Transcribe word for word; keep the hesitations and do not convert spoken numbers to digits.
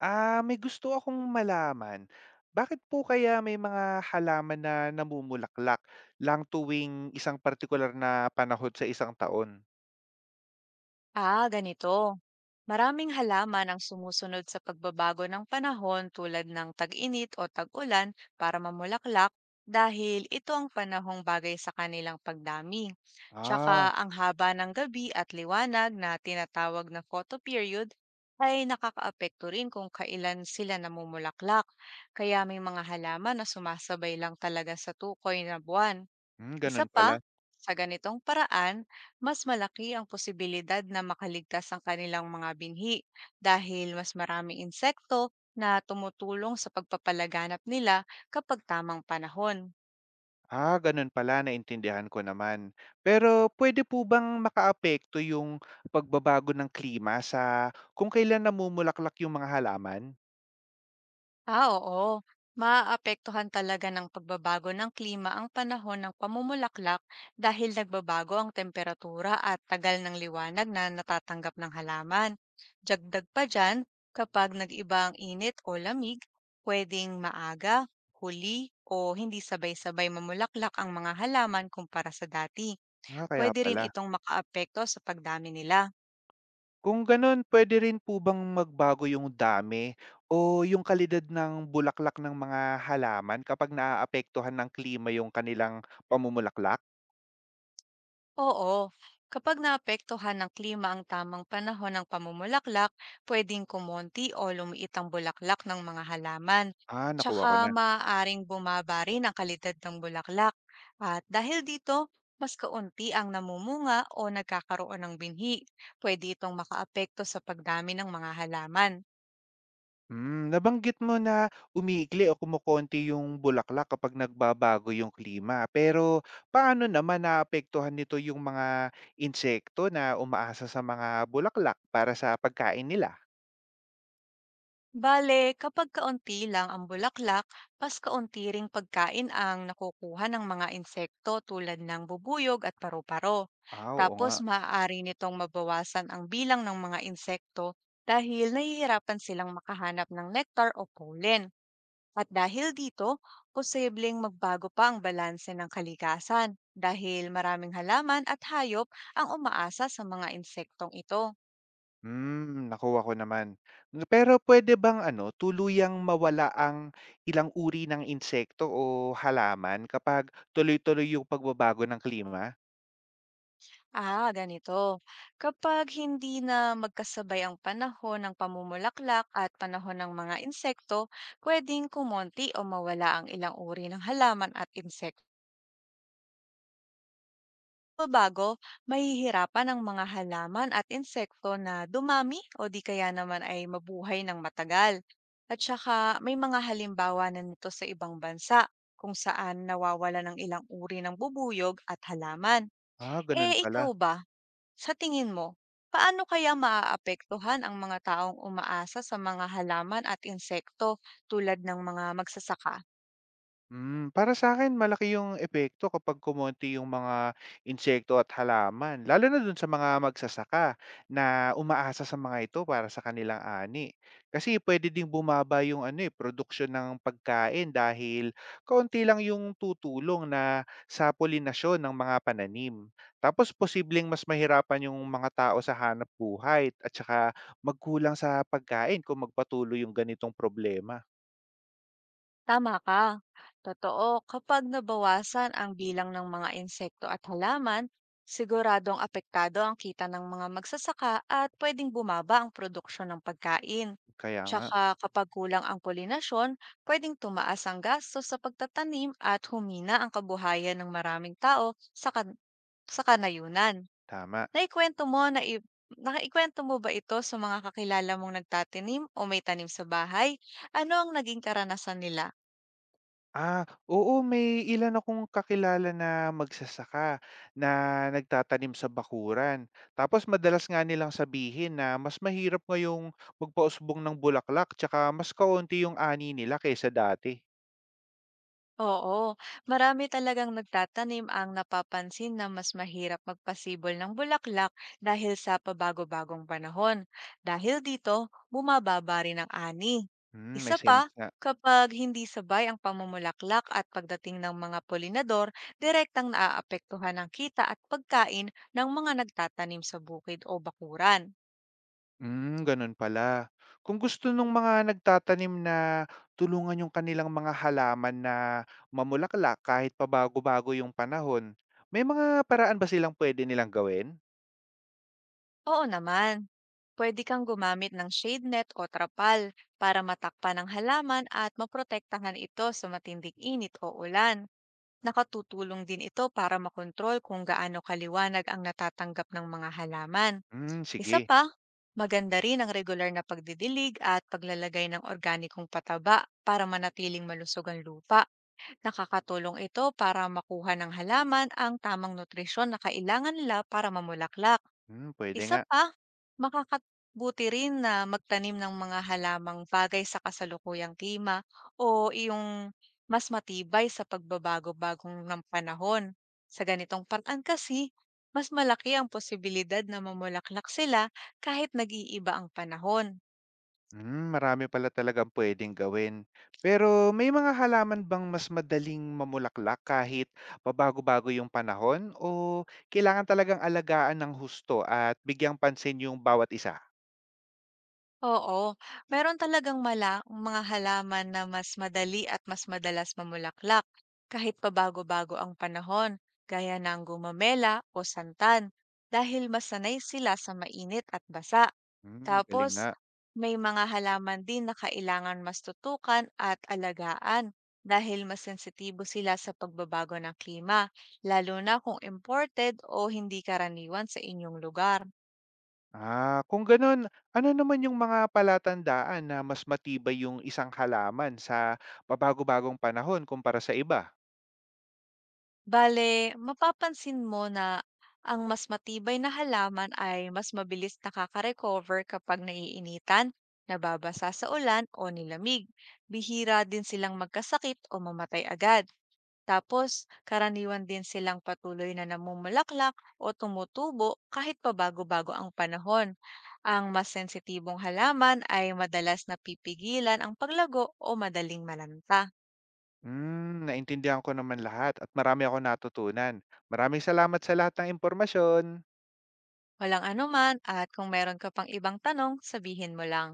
Ah, may gusto akong malaman. Bakit po kaya may mga halaman na namumulaklak lang tuwing isang partikular na panahon sa isang taon? Ah, ganito. Maraming halaman ang sumusunod sa pagbabago ng panahon tulad ng tag-init o tag-ulan para mamulaklak dahil ito ang panahong bagay sa kanilang pagdami. Tsaka Ah, ang haba ng gabi at liwanag na tinatawag na photoperiod ay nakakaapekto rin kung kailan sila namumulaklak. Kaya may mga halaman na sumasabay lang talaga sa tukoy na buwan. hmm, Isa Ganun pa, pala. sa ganitong paraan, mas malaki ang posibilidad na makaligtas ang kanilang mga binhi dahil mas maraming insekto na tumutulong sa pagpapalaganap nila kapag tamang panahon. Ah, ganun pala, naintindihan ko naman. Pero pwede po bang makaapekto yung pagbabago ng klima sa kung kailan namumulaklak yung mga halaman? Ah, oo. Maapektuhan talaga ng pagbabago ng klima ang panahon ng pamumulaklak dahil nagbabago ang temperatura at tagal ng liwanag na natatanggap ng halaman. Dagdag pa dyan, kapag nag-iba ang init o lamig, pwedeng maaga, huli, o hindi sabay-sabay mamulaklak ang mga halaman kumpara sa dati. Ah, kaya Pwede rin pala. itong makaapekto sa pagdami nila. Kung gano'n, puwede rin po bang magbago yung dami o yung kalidad ng bulaklak ng mga halaman kapag naaapektuhan ng klima yung kanilang pamumulaklak? Oo. Kapag naapektuhan ng klima ang tamang panahon ng pamumulaklak, pwedeng kumonti o lumiit ang bulaklak ng mga halaman. Ah, nakuha Tsaka ko na. maaaring bumaba rin ang kalidad ng bulaklak. At dahil dito, mas kaunti ang namumunga o nagkakaroon ng binhi. Pwede itong makaapekto sa pagdami ng mga halaman. Hmm, nabanggit mo na umiikli o kumukonti yung bulaklak kapag nagbabago yung klima. Pero paano naman naapektuhan nito yung mga insekto na umaasa sa mga bulaklak para sa pagkain nila? Bale, kapag kaunti lang ang bulaklak, mas kaunti ring pagkain ang nakukuha ng mga insekto tulad ng bubuyog at paru-paro. Ah, oo Tapos nga. maaari nitong mabawasan ang bilang ng mga insekto dahil nahihirapan silang makahanap ng nectar o pollen. At dahil dito, posibleng magbago pa ang balanse ng kalikasan dahil maraming halaman at hayop ang umaasa sa mga insektong ito. Hmm, nakuha ko naman. N- Pero pwede bang ano, tuluyang mawala ang ilang uri ng insekto o halaman kapag tuloy-tuloy yung pagbabago ng klima? Ah, ganito. Kapag hindi na magkasabay ang panahon ng pamumulaklak at panahon ng mga insekto, pwedeng kumonti o mawala ang ilang uri ng halaman at insekto. Bago, mahihirapan ang mga halaman at insekto na dumami o di kaya naman ay mabuhay ng matagal. At saka may mga halimbawa na nito sa ibang bansa kung saan nawawala ng ilang uri ng bubuyog at halaman. Ah, ganun Eh, ikaw pala. ba? Sa tingin mo, paano kaya maaapektuhan ang mga taong umaasa sa mga halaman at insekto tulad ng mga magsasaka? Hmm, para sa akin malaki yung epekto kapag kumonti yung mga insekto at halaman, lalo na dun sa mga magsasaka na umaasa sa mga ito para sa kanilang ani. Kasi puwede ding bumaba yung ano, eh, produksyon ng pagkain dahil kaunti lang yung tutulong na sa pulinasyon ng mga pananim. Tapos posibleng mas mahirapan yung mga tao sa hanap buhay at saka magkulang sa pagkain kung magpatuloy yung ganitong problema. Tama ka. Totoo, kapag nabawasan ang bilang ng mga insekto at halaman, siguradong apektado ang kita ng mga magsasaka at pwedeng bumaba ang produksyon ng pagkain. Kaya nga, Tsaka kapag kulang ang polinasyon, pwedeng tumaas ang gastos sa pagtatanim at humina ang kabuhayan ng maraming tao sa, kan- sa kanayunan. tama. Naikwento mo na i Naikwento mo ba ito sa mga kakilala mong nagtatanim o may tanim sa bahay? Ano ang naging karanasan nila? Ah, oo may ilan akong kakilala na magsasaka na nagtatanim sa bakuran. Tapos madalas nga nilang sabihin na mas mahirap ngayong magpausbong ng bulaklak tsaka mas kaunti yung ani nila kaysa dati. Oo, marami talagang nagtatanim ang napapansin na mas mahirap magpasibol ng bulaklak dahil sa pabago-bagong panahon. Dahil dito, bumababa rin ang ani. Hmm, may Isa pa, sense nga. kapag hindi sabay ang pamumulaklak at pagdating ng mga polinador, direktang naaapektuhan ang kita at pagkain ng mga nagtatanim sa bukid o bakuran. Hmm, ganun pala. Kung gusto nung mga nagtatanim na tulungan yung kanilang mga halaman na mamulaklak kahit pabago-bago yung panahon, may mga paraan ba silang pwede nilang gawin? Oo naman. Pwede kang gumamit ng shade net o trapal para matakpan ang halaman at maprotektahan ito sa matinding init o ulan. Nakatutulong din ito para makontrol kung gaano kaliwanag ang natatanggap ng mga halaman. Hmm, Isa sige. pa, maganda rin ang regular na pagdidilig at paglalagay ng organikong pataba para manatiling malusog ang lupa. Nakakatulong ito para makuha ng halaman ang tamang nutrisyon na kailangan nila para mamulaklak. Hmm, pwede Isa nga. pa, makakabuti rin na magtanim ng mga halamang bagay sa kasalukuyang klima o iyong mas matibay sa pagbabago-bagong ng panahon. Sa ganitong paraan kasi, mas malaki ang posibilidad na mamulaklak sila kahit nag-iiba ang panahon. Hmm, marami pala talagang puwedeng gawin. Pero may mga halaman bang mas madaling mamulaklak kahit pabago-bago yung panahon o kailangan talagang alagaan ng husto at bigyang pansin yung bawat isa? Oo, meron talagang mala mga halaman na mas madali at mas madalas mamulaklak kahit pabago-bago ang panahon, gaya ng gumamela o santan, dahil masanay sila sa mainit at basa. Hmm, galing Tapos, nga. may mga halaman din na kailangan mas tutukan at alagaan dahil mas sensitibo sila sa pagbabago ng klima, lalo na kung imported o hindi karaniwan sa inyong lugar. Ah, kung ganun, ano naman yung mga palatandaan na mas matibay yung isang halaman sa pabago-bagong panahon kumpara sa iba? Bale, mapapansin mo na ang mas matibay na halaman ay mas mabilis nakaka-recover kapag naiinitan, nababasa sa ulan o nilamig. Bihira din silang magkasakit o mamatay agad. Tapos, karaniwan din silang patuloy na namumulaklak o tumutubo kahit pabago-bago ang panahon. Ang mas sensitibong halaman ay madalas napipigilan ang paglago o madaling malanta. Hmm, naintindihan ko naman lahat at marami ako natutunan. Maraming salamat sa lahat ng impormasyon. Walang anuman at kung meron ka pang ibang tanong, sabihin mo lang.